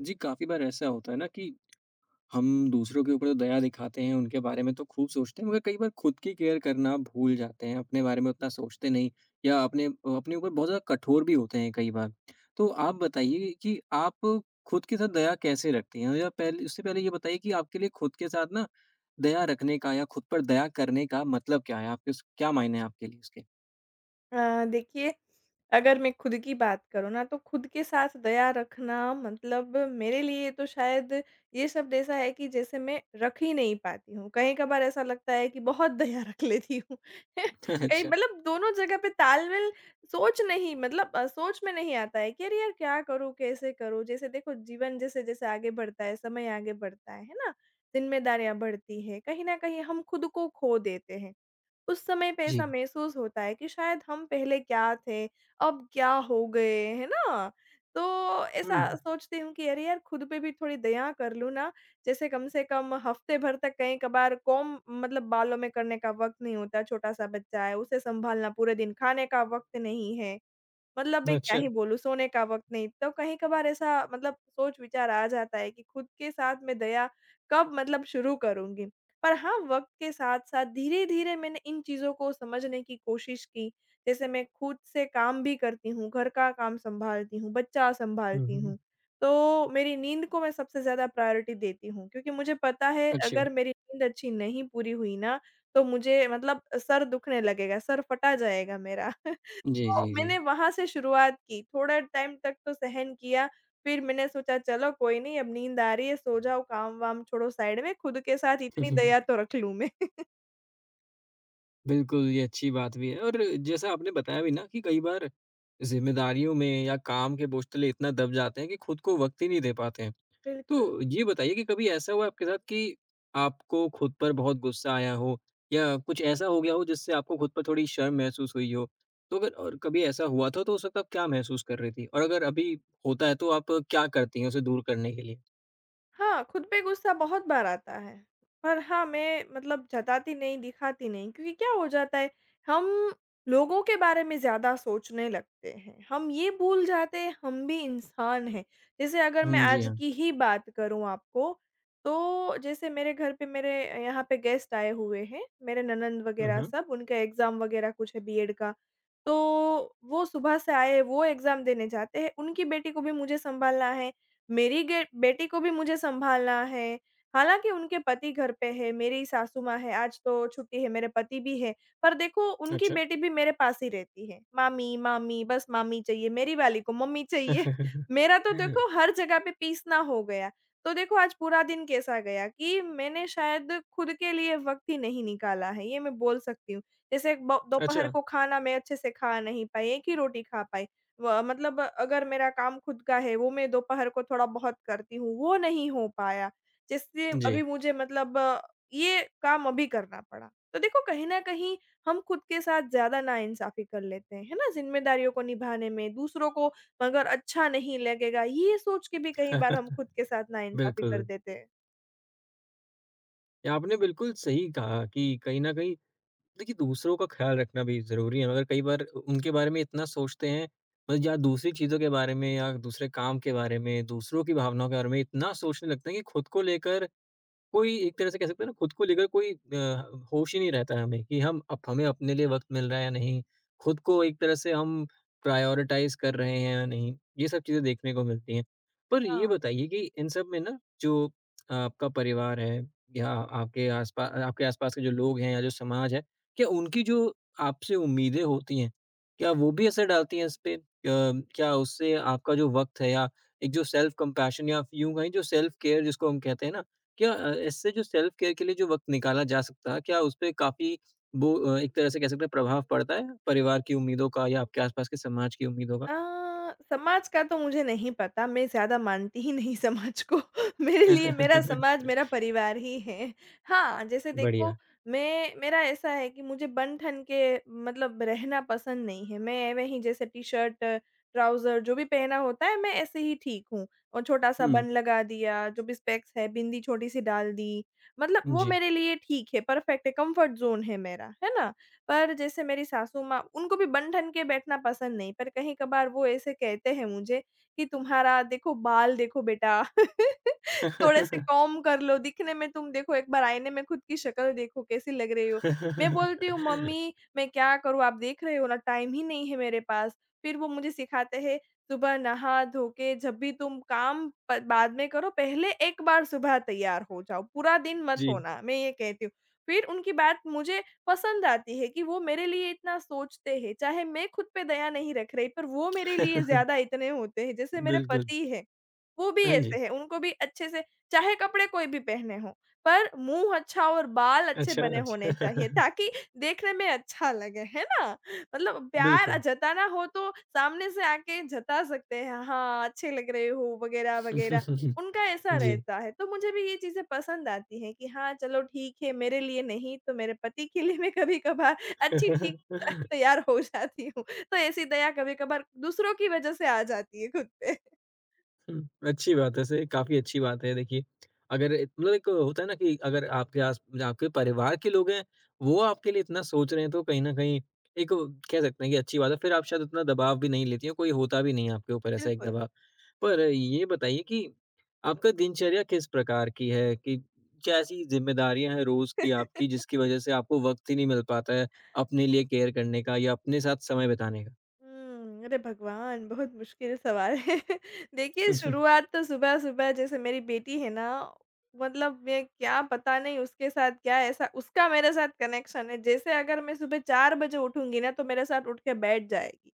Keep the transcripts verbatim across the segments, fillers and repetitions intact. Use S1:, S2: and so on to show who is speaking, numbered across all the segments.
S1: जी, काफ़ी बार ऐसा होता है ना कि हम दूसरों के ऊपर तो दया दिखाते हैं, उनके बारे में तो खूब सोचते हैं, मगर कई बार खुद की केयर करना भूल जाते हैं, अपने बारे में उतना सोचते नहीं या अपने अ, अपने ऊपर बहुत ज़्यादा कठोर भी होते हैं कई बार। तो आप बताइए कि आप खुद के साथ दया कैसे रखती हैं? या पहले उससे पहले ये बताइए कि आपके लिए खुद के साथ ना दया रखने का या खुद पर दया करने का मतलब क्या है? आपके उस क्या मायने हैं आपके लिए उसके?
S2: अ, देखिए, अगर मैं खुद की बात करूँ ना, तो खुद के साथ दया रखना मतलब मेरे लिए तो शायद ये शब्द ऐसा है कि जैसे मैं रख ही नहीं पाती हूँ। कहीं-कभार ऐसा लगता है कि बहुत दया रख लेती हूँ। कहीं
S1: अच्छा,
S2: मतलब दोनों जगह पे तालमेल सोच नहीं मतलब अ, सोच में नहीं आता है कि अरे यार! क्या करूँ, कैसे करूँ? जैसे देखो जीवन जैसे-जैसे आगे बढ़ता है, समय आगे बढ़ता है, है ना? ज़िम्मेदारियाँ बढ़ती हैं, कहीं न कहीं हम खुद को खो देते हैं। उस समय पे ऐसा
S1: जी।
S2: महसूस होता है कि शायद हम पहले क्या थे, अब क्या हो गए, है ना? तो
S1: हुँ,
S2: ऐसा सोचती हूँ कि अरे यार, खुद पे भी थोड़ी दया कर लूँ ना। जैसे कम से कम हफ्ते भर तक कहीं-कभार कोंब मतलब बालों में करने का वक़्त नहीं होता, छोटा-सा बच्चा है, उसे सँभालना पूरे दिन, खाने का वक़्त नहीं है। मतलब मैं क्या
S1: अच्छा।
S2: ही बोलूँ, सोने का वक़्त नहीं। तो कहीं-कभार ऐसा मतलब सोच-विचार आ जाता है कि खुद के साथ मैं दया कब मतलब शुरू करूँगी। पर हाँ, वक़्त के साथ-साथ धीरे-धीरे मैंने इन चीज़ों को समझने की कोशिश की। जैसे मैं खुद से काम भी करती हूँ, घर का काम सँभालती हूँ, बच्चा
S1: हुँ,
S2: सँभालती हूँ।
S1: हुँ।
S2: तो मेरी नींद को मैं सबसे ज़्यादा प्रायोरिटी देती हूँ क्योंकि मुझे पता है
S1: अच्छी
S2: अगर
S1: बात।
S2: मेरी नींद अच्छी नहीं पूरी हुई ना, तो मुझे मतलब सर दुखने लगेगा, सर फटा जाएगा मेरा।
S1: जी,
S2: तो
S1: जी, जी।
S2: मैंने वहाँ से शुरुआत की, थोड़ा टाइम तक तो सहन किया, फिर मैंने सोचा चलो कोई नहीं अब नींद आ रही है, सो जाओ, काम-वाम छोड़ो साइड में, खुद के साथ इतनी दया तो रख लूँ मैं।
S1: बिल्कुल, ये अच्छी बात भी है और जैसा आपने बताया भी ना कि कई बार ज़िम्मेदारियों में या काम के बोझ तले इतना दब जाते हैं कि खुद को वक़्त ही नहीं दे पाते हैं।
S2: बिल्कुल।
S1: तो ये बताइए कि कभी ऐसा हुआ आपके साथ कि आपको खुद पर बहुत गुस्सा आया हो या कुछ ऐसा हो गया हो जिससे आपको खुद पर थोड़ी शर्म महसूस हुई हो? तो अगर और कभी ऐसा हुआ था तो उस वक़्त आप क्या महसूस कर रही थी? और अगर अभी होता है तो आप क्या करती हैं उसे दूर करने के लिए?
S2: हाँ, खुद पे गुस्सा बहुत बार आता है। पर हाँ, मैं मतलब जताती नहीं, दिखाती नहीं क्योंकि क्या हो जाता है, हम लोगों के बारे में ज़्यादा सोचने लगते हैं। हम ये भूल जाते हैं, हम भी इंसान हैं। जैसे अगर मैं
S1: हुँ, जी
S2: आज
S1: हाँ।
S2: की ही बात करूँ आपको, तो जैसे मेरे घर पे मेरे यहाँ पे गेस्ट आए हुए हैं, मेरे ननंद
S1: हुँ,
S2: वगैरह
S1: हुँ।
S2: सब, उनका एग्ज़ाम वगैरह कुछ है बीएड का। तो वो सुबह से आए, वो एग्ज़ाम देने जाते हैं, उनकी बेटी को भी मुझे सँभालना है। मेरी गे बेटी को भी मुझे सँभालना है, हालाँकि उनके पति घर पे हैं, मेरी सासू माँ हैं, आज तो छुट्टी है, मेरे पति भी हैं, पर देखो उनकी
S1: अच्छा।
S2: बेटी भी मेरे पास ही रहती है, मामी, मामी, बस मामी चाहिए, मेरी वाली को मम्मी चाहिए। मेरा तो देखो हर जगह पे पीसना हो गया। तो देखो आज पूरा दिन कैसा गया कि मैंने शायद खुद के लिए वक़्त ही नहीं निकाला है, ये मैं बोल सकती हूँ। जैसे ब दोपहर
S1: अच्छा,
S2: को खाना मैं अच्छे से खा नहीं पाई, एक ही रोटी खा पाई। व मतलब अगर मेरा काम खुद का है, वो मैं दोपहर को थोड़ा बहुत करती हूँ, वो नहीं हो पाया। जिससे
S1: जी।
S2: अभी मुझे मतलब अ, ये काम अभी करना पड़ा। तो देखो कहीं न कहीं हम खुद के साथ ज़्यादा नाइंसाफ़ी कर लेते हैं, है ना? ज़िम्मेदारियों को निभाने में, दूसरों को मगर अच्छा नहीं लगेगा, ये सोच के भी कई बार हम खुद के साथ नाइंसाफ़ी कर
S1: बिल्कुल।
S2: देते हैं।
S1: या आपने बिल्कुल सही कहा कि कहीं न कहीं देखिए दूसरों का ख़्याल रखना भी ज़रूरी है मगर कई बार उनके बारे में इतना सोचते हैं मतलब या दूसरी चीज़ों के बारे में या दूसरे काम के बारे में, दूसरों की भावनाओं के बारे में इतना सोचने लगते हैं कि खुद को लेकर कोई एक तरह से कह सकते हैं ना खुद को लेकर कोई अ, होश ही नहीं रहता है हमें कि हम अप हमें अपने लिए वक़्त मिल रहा है या नहीं, खुद को एक तरह से हम प्रायोरिटाइज़ कर रहे हैं या नहीं, ये सब चीज़ें देखने को मिलती हैं। पर ये
S2: हाँ।
S1: बताइए कि इन सब में ना जो अ, आपका परिवार है या आपके आस-पा आपके आस-पास के जो लोग हैं या जो समाज है, क्या उनकी जो आपसे उम्मीदें होती हैं, क्या वो भी असर डालती हैं इस पे? अ, क्या उससे आपका जो वक़्त है या एक जो सेल्फ कंपैशन या यूँ कहें जो सेल्फ केयर जिसको हम कहते हैं ना क्या अ, इससे जो सेल्फ केयर के लिए जो वक़्त निकाला जा सकता है, क्या उसपे काफ़ी वो अ, एक तरह से कह सकते हैं प्रभाव पड़ता है, परिवार की उम्मीदों का या आपके आस-पास के समाज की उम्मीदों का?
S2: अ, समाज का तो मुझे नहीं पता, मैं ज़्यादा मानती ही नहीं समाज को। मेरे लिए मेरा समाज मेरा परिवार ही है। हाँ, जैसे देखो
S1: बढ़िया।
S2: मैं मेरा ऐसा है कि मुझे बन-ठन के मतलब रहना पसंद नहीं है। मैं एवे ही जैसे टी-शर्ट, ट्राउज़र जो भी पहना होता है मैं ऐसे ही ठीक हूँ। और छोटा-सा
S1: हुँ,
S2: बन लगा दिया, जो भी स्पेक्स है, बिंदी छोटी-सी डाल दी, मतलब वो
S1: जी।
S2: मेरे लिए ठीक है, परफेक्ट है, कम्फर्ट ज़ोन है मेरा, है ना? पर जैसे मेरी सासू माँ उनको भी बन-ठन के बैठना पसंद नहीं, पर कहीं-कभार वो ऐसे कहते हैं मुझे कि तुम्हारा देखो बाल देखो बेटा, थोड़े से कॉम्ब कर लो, दिखने में तुम देखो एक बार आईने में खुद की शक्ल देखो कैसी लग रही हो। मैं बोलती हूँ मम्मी मैं क्या करूँ आप देख रहे हो ना टाइम ही नहीं है मेरे पास। फिर वो मुझे सिखाते हैं सुबह नहा धो के जब भी तुम काम प बाद में करो पहले एक बार सुबह तैयार हो जाओ, पूरा दिन मत
S1: जी।
S2: होना, मैं ये कहती हूँ। फिर उनकी बात मुझे पसंद आती है कि वो मेरे लिए इतना सोचते हैं। चाहे मैं खुद पे दया नहीं रख रही, पर वो मेरे लिए ज़्यादा इतने होते हैं। जैसे मेरे
S1: बिल्कुल।
S2: पति हैं, वो भी
S1: हाँ
S2: ऐसे
S1: जी।
S2: हैं, उनको भी अच्छे से चाहे कपड़े कोई भी पहने हों, पर मुँह अच्छा और बाल अच्छे
S1: अच्छा,
S2: बने होने चाहिए
S1: अच्छा।
S2: ताकि देखने में अच्छा लगे, है ना? मतलब प्यार
S1: बिल्कुल।
S2: जताना हो तो सामने से आके जता सकते हैं, "हाँ, अच्छे लग रहे हो" वगैरह-वगैरह। उनका ऐसा
S1: जी।
S2: रहता है, तो मुझे भी ये चीज़ें पसंद आती हैं कि हाँ, चलो ठीक है, मेरे लिए नहीं तो मेरे पति के लिए मैं कभी-कभार अच्छी ठीक तैयार हो जाती हूँ। तो ऐसी दया कभी-कभार दूसरों की वजह से आ जाती है खुद पे।
S1: हुँ, अच्छी बात है सही काफ़ी अच्छी बात है देखिए, अगर इत- मतलब एक होता है ना कि अगर आपके आस आपके परिवार के लोग हैं, वो आपके लिए इतना सोच रहे हैं तो कहीं न कहीं एक वो कह सकते हैं कि अच्छी बात है, फिर आप शायद उतना दबाव भी नहीं लेती हैं, कोई होता भी नहीं है आपके ऊपर ऐसा एक
S2: बिल्कुल।
S1: दबाव। पर ये बताइए कि आपका दिनचर्या किस प्रकार की है? कि क्या ऐसी ज़िम्मेदारियाँ हैं रोज़ की आपकी जिसकी वज़ह से आपको वक़्त ही नहीं मिल पाता है अपने लिए केयर करने का या अपने साथ समय बिताने का?
S2: हुँ, अरे भगवान! बहुत मुश्किल सवाल है। देखिए, शुरुआत तो सुबह-सुबह जैसे मेरी बेटी है ना, मतलब मैं क्या पता नहीं उसके साथ क्या ऐसा उसका मेरे साथ कनेक्शन है। जैसे अगर मैं सुबह चार बजे उठूँगी ना, तो मेरे साथ उठ के बैठ जाएगी।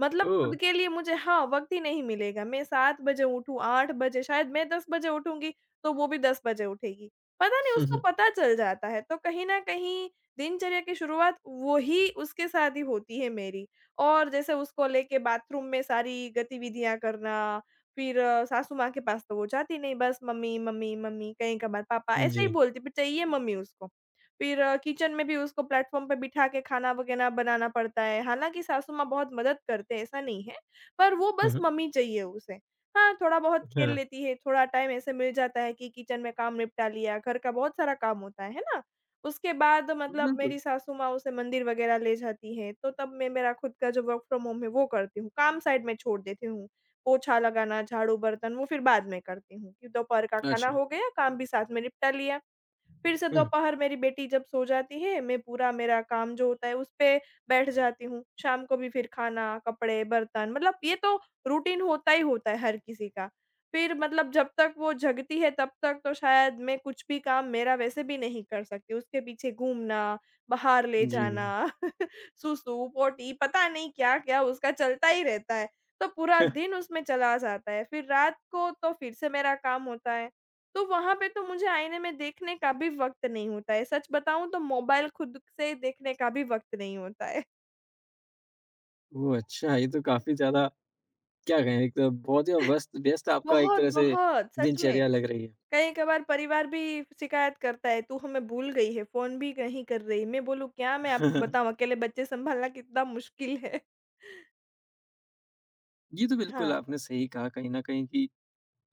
S2: मतलब
S1: ओह!
S2: खुद के लिए मुझे हाँ, वक़्त ही नहीं मिलेगा। मैं सात बजे उठूँ, आठ बजे, शायद मैं दस बजे उठूँगी, तो वो भी दस बजे उठेगी। पता नहीं उसको पता चल जाता है। तो कहीं न कहीं दिनचर्या की शुरुआत वो ही उसके साथ ही होती है मेरी। और जैसे उसको लेके बाथरूम में सारी गतिविधियाँ करना, फिर अ, सासू माँ के पास तो वो जाती नहीं, बस मम्मी, मम्मी, मम्मी, कहीं-कभार पापा, ऐसे ही
S1: जी।
S2: बोलती, पर चाहिए मम्मी उसको। फिर अ, किचन में भी उसको प्लेटफ़ॉर्म पे बिठा के खाना वगैरह बनाना पड़ता है, हालाँकि सासू माँ बहुत मदद करते हैं, ऐसा नहीं है, पर वो
S1: हुँ,
S2: बस
S1: हुँ।
S2: मम्मी चाहिए उसे। हाँ, थोड़ा बहुत खेल
S1: हाँ।
S2: लेती है, थोड़ा टाइम ऐसे मिल जाता है कि किचन में काम निपटा लिया, घर का बहुत सारा काम होता है, है ना? उसके बाद मतलब
S1: बिल्कुल,
S2: मेरी सासू माँ उसे मंदिर वग़ैरह ले जाती हैं, तो तब मैं मेरा खुद का जो वर्क फ्रॉम होम है वो करती हूँ, काम साइड में छोड़ देती हूँ। पोछा लगाना, झाड़ू, बर्तन वो फिर बाद में करती हूँ कि दोपहर का खाना
S1: अच्छा,
S2: हो गया, काम भी साथ में निपटा लिया। फिर से
S1: हुँ,
S2: दोपहर मेरी बेटी जब सो जाती है, मैं पूरा मेरा काम जो होता है उस पे बैठ जाती हूँ। शाम को भी फिर खाना, कपड़े, बर्तन मतलब ये तो रूटीन होता ही होता है हर किसी का। फिर मतलब जब तक वो जगती है तब तक तो शायद मैं कुछ भी काम मेरा वैसे भी नहीं कर सकती। उसके पीछे घूमना, बाहर ले
S1: जी।
S2: जाना, सूसू, पोटी पता नहीं क्या-क्या उसका चलता ही रहता है। तो पूरा दिन उसमें चला जाता है। फिर रात को तो फिर से मेरा काम होता है। तो वहाँ पे तो मुझे आईने में देखने का भी वक़्त नहीं होता है। सच बताऊँ तो मोबाइल खुद से देखने का भी वक़्त नहीं होता है।
S1: ओह! अच्छा, ये तो काफ़ी ज़्यादा क्या कहें एक तो बहुत ही व्यस्त व्यस्त आपका एक
S2: बहुत,
S1: तरह से
S2: बहुत सच में।
S1: दिनचर्या लग रही है।
S2: कहीं-कभार परिवार भी शिकायत करता है, "तू हमें भूल गई है, फ़ोन भी नहीं कर रही।" मैं बोलूँ, "क्या मैं आपको बताऊँ, अकेले बच्चे सँभालना कितना मुश्किल है।"
S1: ये तो बिल्कुल
S2: हाँ।
S1: आपने सही कहा कहीं न कहीं कि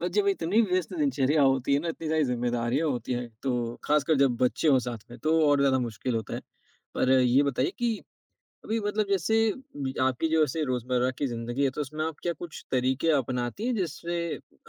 S1: और जब इतनी व्यस्त दिनचर्या होती है ना, इतनी सारी ज़िम्मेदारियाँ होती हैं, तो खासकर जब बच्चे हों साथ में, तो और ज़्यादा मुश्किल होता है। पर ये बताइए कि अभी मतलब जैसे आपकी जो ऐसे रोजमर्रा की जिंदगी है तो उसमें आप क्या कुछ तरीके अपनाती हैं जिससे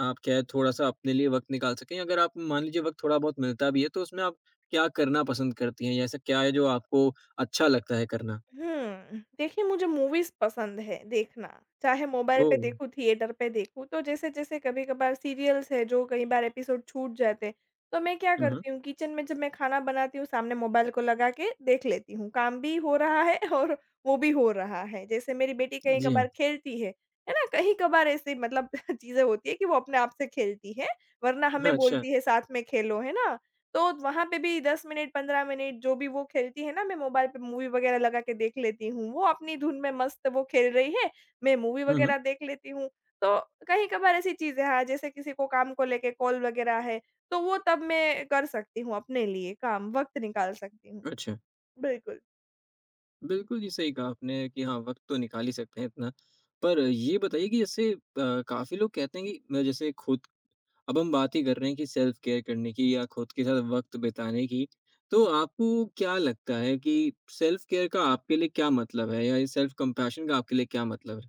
S1: आप क्या है थोड़ा सा अपने लिए वक्त निकाल सकें अगर आप मान लीजिए वक्त थोड़ा बहुत मिलता भी है तो उसमें आप क्या करना पसंद करती हैं या ऐसा क्या है जो आपको अच्छा लगता है करना
S2: हुँ। देखिए मुझे मूवीज़ पसंद है देखना, चाहे मोबाइल
S1: ओ
S2: पे देखूँ, थिएटर पे देखूँ। तो जैसे-जैसे कभी-कभार सीरियल्स है जो कई बार एपिसोड छूट जाते हैं, तो मैं क्या
S1: हम्म
S2: करती हूँ किचन में जब मैं खाना बनाती हूँ सामने मोबाइल को लगा के देख लेती हूँ। काम भी हो रहा है और वो भी हो रहा है। जैसे मेरी बेटी
S1: जी
S2: कहीं-कभार
S1: हाँ
S2: खेलती है, है ना? कहीं-कभार ऐसे मतलब चीज़ें होती है कि वो अपने आप से खेलती है, वरना
S1: हाँ,
S2: हमें
S1: अच्छा
S2: बोलती है साथ में खेलो, है ना? तो वहाँ पे भी दस मिनट, पंद्रह मिनट जो भी वो खेलती है ना, मैं मोबाइल पे मूवी वगैरह लगा के देख लेती हूँ। वो अपनी धुन में मस्त वो खेल रही है, मैं मूवी
S1: हम्म
S2: वगैरह देख लेती हूँ। तो कहीं-कभार ऐसी चीज़ें हाँ, जैसे किसी को काम को लेके कॉल वगैरह है, तो वो तब मैं कर सकती हूँ अपने लिए काम, वक़्त निकाल सकती हूँ।
S1: अच्छा
S2: बिल्कुल।
S1: बिल्कुल जी सही कहा आपने कि हाँ वक्त तो निकाल ही सकते हैं इतना पर ये बताइए कि जैसे अ, काफी लोग कहते हैं कि अ, जैसे खुद अब हम बात ही कर रहे हैं कि सेल्फ केयर करने की या खुद के साथ वक्त बिताने की। तो आपको क्या लगता है कि सेल्फ केयर का आपके लिए क्या मतलब है? या ये सेल्फ कंपैशन का आपके लिए क्या मतलब है?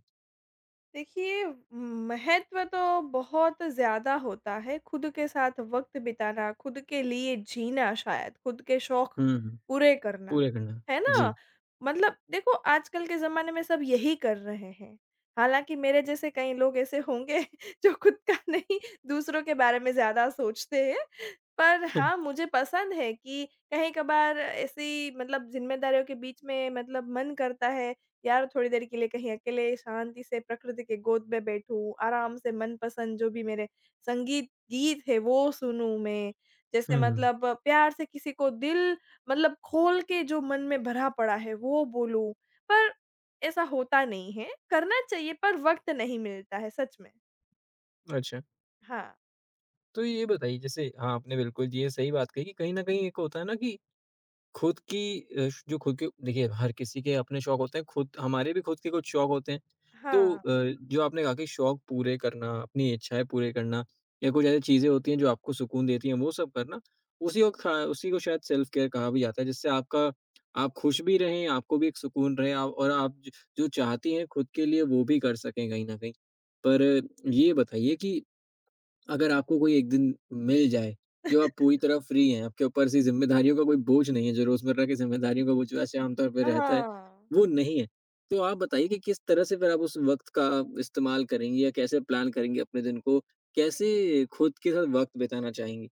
S2: देखिए, महत्व तो बहुत ज़्यादा होता है, खुद के साथ वक़्त बिताना, खुद के लिए जीना शायद, खुद के शौक
S1: हुँ, हुँ।
S2: पूरे करना,
S1: पूरे करना।
S2: है ना?
S1: जी।
S2: मतलब देखो आजकल के ज़माने में सब यही कर रहे हैं। हालाँकि मेरे जैसे कई लोग ऐसे होंगे जो खुद का नहीं दूसरों के बारे में ज़्यादा सोचते हैं। पर हाँ, मुझे पसंद है कि कहीं-कभार ऐसी मतलब ज़िम्मेदारियों के बीच में मतलब मन करता है यार थोड़ी देर के लिए कहीं अकेले शांति से प्रकृति के गोद में बैठूँ, आराम से मनपसंद जो भी मेरे संगीत गीत है वो सुनूँ मैं। जैसे
S1: हुँ, हुँ।
S2: मतलब प्यार से किसी को दिल मतलब खोल के जो मन में भरा पड़ा है वो बोलूँ, पर ऐसा होता नहीं है, करना चाहिए पर वक़्त नहीं मिलता है सच में।
S1: अच्छा,
S2: हाँ,
S1: तो ये बताइए जैसे हाँ, आपने बिल्कुल ये सही बात कही कि कहीं न कहीं एक होता है ना कि खुद की अ, श जो खुद के देखिए हर किसी के अपने शौक होते हैं, खुद हमारे भी खुद के कुछ शौक होते हैं। तो अ,
S2: हाँ,
S1: जो आपने कहा कि शौक पूरे करना, अपनी इच्छाएँ पूरे करना या कुछ ऐसी चीज़ें होती हैं जो आपको सुकून देती हैं, वो सब करना, उसी को खा उसी को शायद सेल्फ केयर कहा भी जाता है जिससे आपका आप खुश भी रहें, आपको भी एक सुकून रहे आप और आप ज जो चाहती हैं खुद के लिए वो भी कर सकें कहीं न कहीं। पर अ, ये बताइए कि अगर आपको कोई एक दिन मिल जाए, जो आप पूरी तरह फ्री हैं, आपके ऊपर से ज़िम्मेदारियों का कोई बोझ नहीं है, जो रोज़मर्रा की ज़िम्मेदारियों का बोझ वैसे आमतौर पे रहता है,
S2: हाँ।
S1: वो नहीं है। तो आप बताइए कि किस तरह से फिर आप उस वक़्त का इस्तेमाल करेंगी या कैसे प्लान करेंगी अपने दिन को? कैसे खुद के साथ वक़्त बिताना चाहेंगी?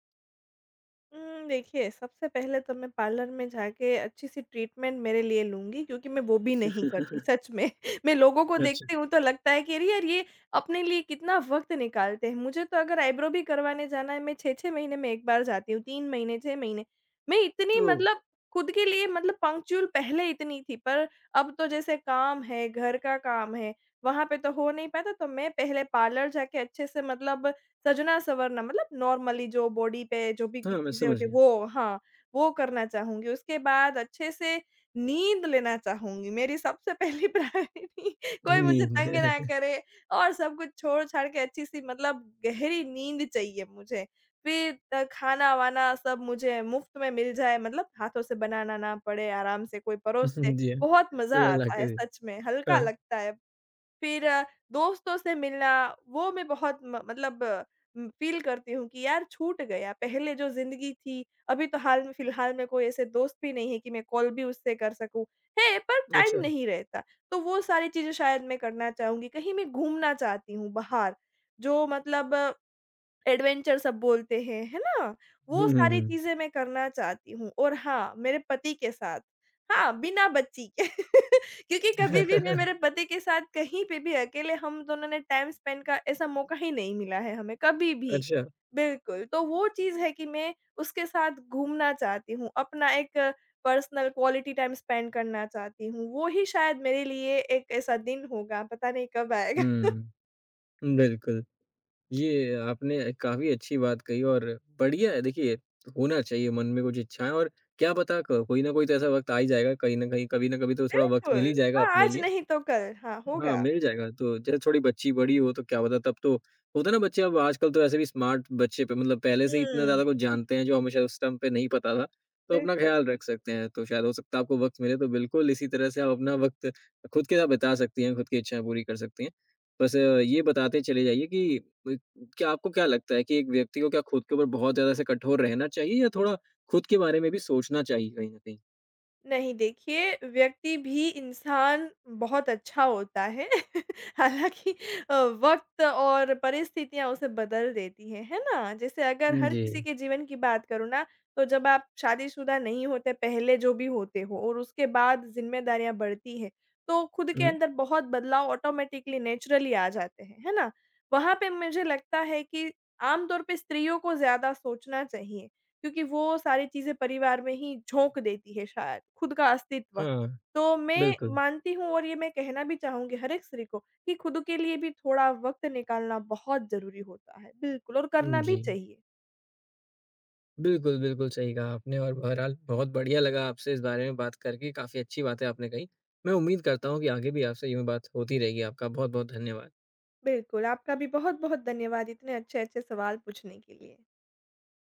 S2: उम, देखिए, सबसे पहले तो मैं पार्लर में जाके अच्छी-सी ट्रीटमेंट मेरे लिए लूँगी क्योंकि मैं वो भी नहीं करती, सच में। मैं लोगों को
S1: अच्छा।
S2: देखती हूँ तो लगता है कि अरे यार, ये अपने लिए कितना वक़्त निकालते हैं। मुझे तो अगर आइब्रो भी करवाने जाना है, मैं छह छह महीने में एक बार जाती हूँ, तीन महीने, छह महीने। मैं इतनी
S1: ओह!
S2: मतलब खुद के लिए मतलब पंक्चुअल पहले इतनी थी, पर अब तो जैसे काम है, घर का काम है, वहाँ पे तो हो नहीं पाता, तो मैं पहले पार्लर जाके अच्छे से मतलब सजना-संवरना मतलब नॉर्मली जो बॉडी पे जो भी की
S1: हाँ, मैं
S2: चीज़ें
S1: समझ
S2: होती है
S1: गया।
S2: वो हाँ, वो करना चाहूँगी। उसके बाद अच्छे से नींद लेना चाहूँगी। मेरी सबसे पहली प्रायोरिटी कोई मुझे
S1: नींद
S2: तंग ना
S1: है।
S2: करे और सब कुछ छोड़-छाड़ के अच्छी-सी मतलब गहरी नींद चाहिए मुझे। फिर अ, खाना-वाना सब मुझे मुफ्त में मिल जाए मतलब हाथों से बनाना ना पड़े, आराम से कोई परोस दे।
S1: जी हाँ,
S2: बहुत मज़ा
S1: कोई और
S2: आता
S1: लाके
S2: है
S1: दे
S2: सच में, हल्का
S1: हाँ,
S2: लगता है। फिर अ, दोस्तों से मिलना वो मैं बहुत म मतलब उम, फ़ील करती हूँ कि यार छूट गया, पहले जो ज़िंदगी थी, अभी तो हाल में फ़िलहाल में कोई ऐसे दोस्त भी नहीं है कि मैं कॉल भी उससे कर सकूँ। है, पर टाइम
S1: अच्छा।
S2: नहीं रहता। तो वो सारी चीज़ें शायद मैं करना चाहूँगी। कहीं मैं घूमना चाहती हूँ बाहर, जो मतलब एडवेंचर सब बोलते हैं, है ना? वो
S1: हुँ, हुँ,
S2: सारी
S1: हुँ।
S2: चीज़ें मैं करना चाहती हूँ और हाँ, मेरे पति के साथ। हाँ, बिना बच्ची के क्योंकि कभी भी मैं मेरे पति के साथ कहीं पे भी अकेले हम दोनों ने टाइम स्पेंड का ऐसा मौका ही नहीं मिला है हमें, कभी भी।
S1: अच्छा।
S2: बिल्कुल, तो वो चीज़ है कि मैं उसके साथ घूमना चाहती हूँ, अपना एक पर्सनल क्वालिटी टाइम स्पेंड करना चाहती हूँ। वो ही शायद मेरे लिए एक ऐसा दिन होगा, पता नहीं कब आएगा।
S1: हुँ, बिल्कुल। ये आपने काफ़ी अच्छी बात कही और बढ़िया है देखिए, होना चाहिए मन में कुछ इच्छाएँ और क्या पता क कोई ना कोई तो ऐसा वक़्त आ ही जाएगा, कहीं न कहीं, कभी ना कभी तो थोड़ा वक़्त मिल
S2: बिल्कुल,
S1: ही जाएगा
S2: हाँ,
S1: अपने
S2: आज
S1: लिए।
S2: नहीं तो कल। हाँ,
S1: हाँ,
S2: होगा।
S1: मिल जाएगा। तो जब थोड़ी बच्ची बड़ी हो तो क्या पता तब तो होता है ना बच्चे अब आजकल तो ऐसे भी स्मार्ट बच्चे पे मतलब पहले से ही इतना
S2: हुँ,
S1: ज़्यादा कुछ जानते हैं जो हमें शायद उस टाइम पे नहीं पता था। तो अपना
S2: बिल्कुल।
S1: ख़्याल रख सकते हैं। तो शायद हो सकता है आपको वक़्त मिले तो बिल्कुल इसी तरह से आप अपना वक़्त खुद के साथ बिता सकती हैं, खुद की इच्छाएँ पूरी कर सकती हैं। बस अ, ये बताते चले जाइए कि अ, क्या आपको क्या लगता है कि एक व्यक्ति को क्या खुद के ऊपर बहुत ज़्यादा ऐसे कठोर रहना चाहिए या थोड़ा खुद के बारे में भी सोचना चाहिए कहीं न कहीं?
S2: नहीं देखिए, व्यक्ति भी इंसान बहुत अच्छा होता है। हालाँकि अ, वक़्त और परिस्थितियाँ उसे बदल देती हैं, है ना? जैसे अगर हर
S1: जी।
S2: किसी के जीवन की बात करूँ ना, तो जब आप शादीशुदा नहीं होते, पहले जो भी होते हो और उसके बाद ज़िम्मेदारियाँ बढ़ती हैं, तो खुद के
S1: हुँ।
S2: अंदर बहुत बदलाव ऑटोमैटिकली नेचुरली आ जाते हैं, है ना? वहाँ पे मुझे लगता है कि आम तौर पे स्त्रियों को ज़्यादा सोचना चाहिए। क्योंकि वो सारी चीज़ें परिवार में ही झोंक देती है शायद, खुद का अस्तित्व।
S1: हाँ,
S2: तो मैं
S1: बिल्कुल।
S2: मानती हूँ और ये मैं कहना भी चाहूँगी हर एक स्त्री को कि खुद के लिए भी थोड़ा वक़्त निकालना बहुत ज़रूरी होता है। बिल्कुल और करना भी
S1: जी।
S2: चाहिए।
S1: बिल्कुल, बिल्कुल सही कहा आपने और बहरहाल बहुत बढ़िया लगा आपसे इस बारे में बात करके, काफ़ी अच्छी बातें आपने कहीं। मैं उम्मीद करता हूँ कि आगे भी आपसे यूँ ही बात होती रहेगी। आपका बहुत-बहुत धन्यवाद।
S2: बिल्कुल, आपका भी बहुत-बहुत धन्यवाद इतने अच्छे-अच्छे सवाल पूछने के लिए।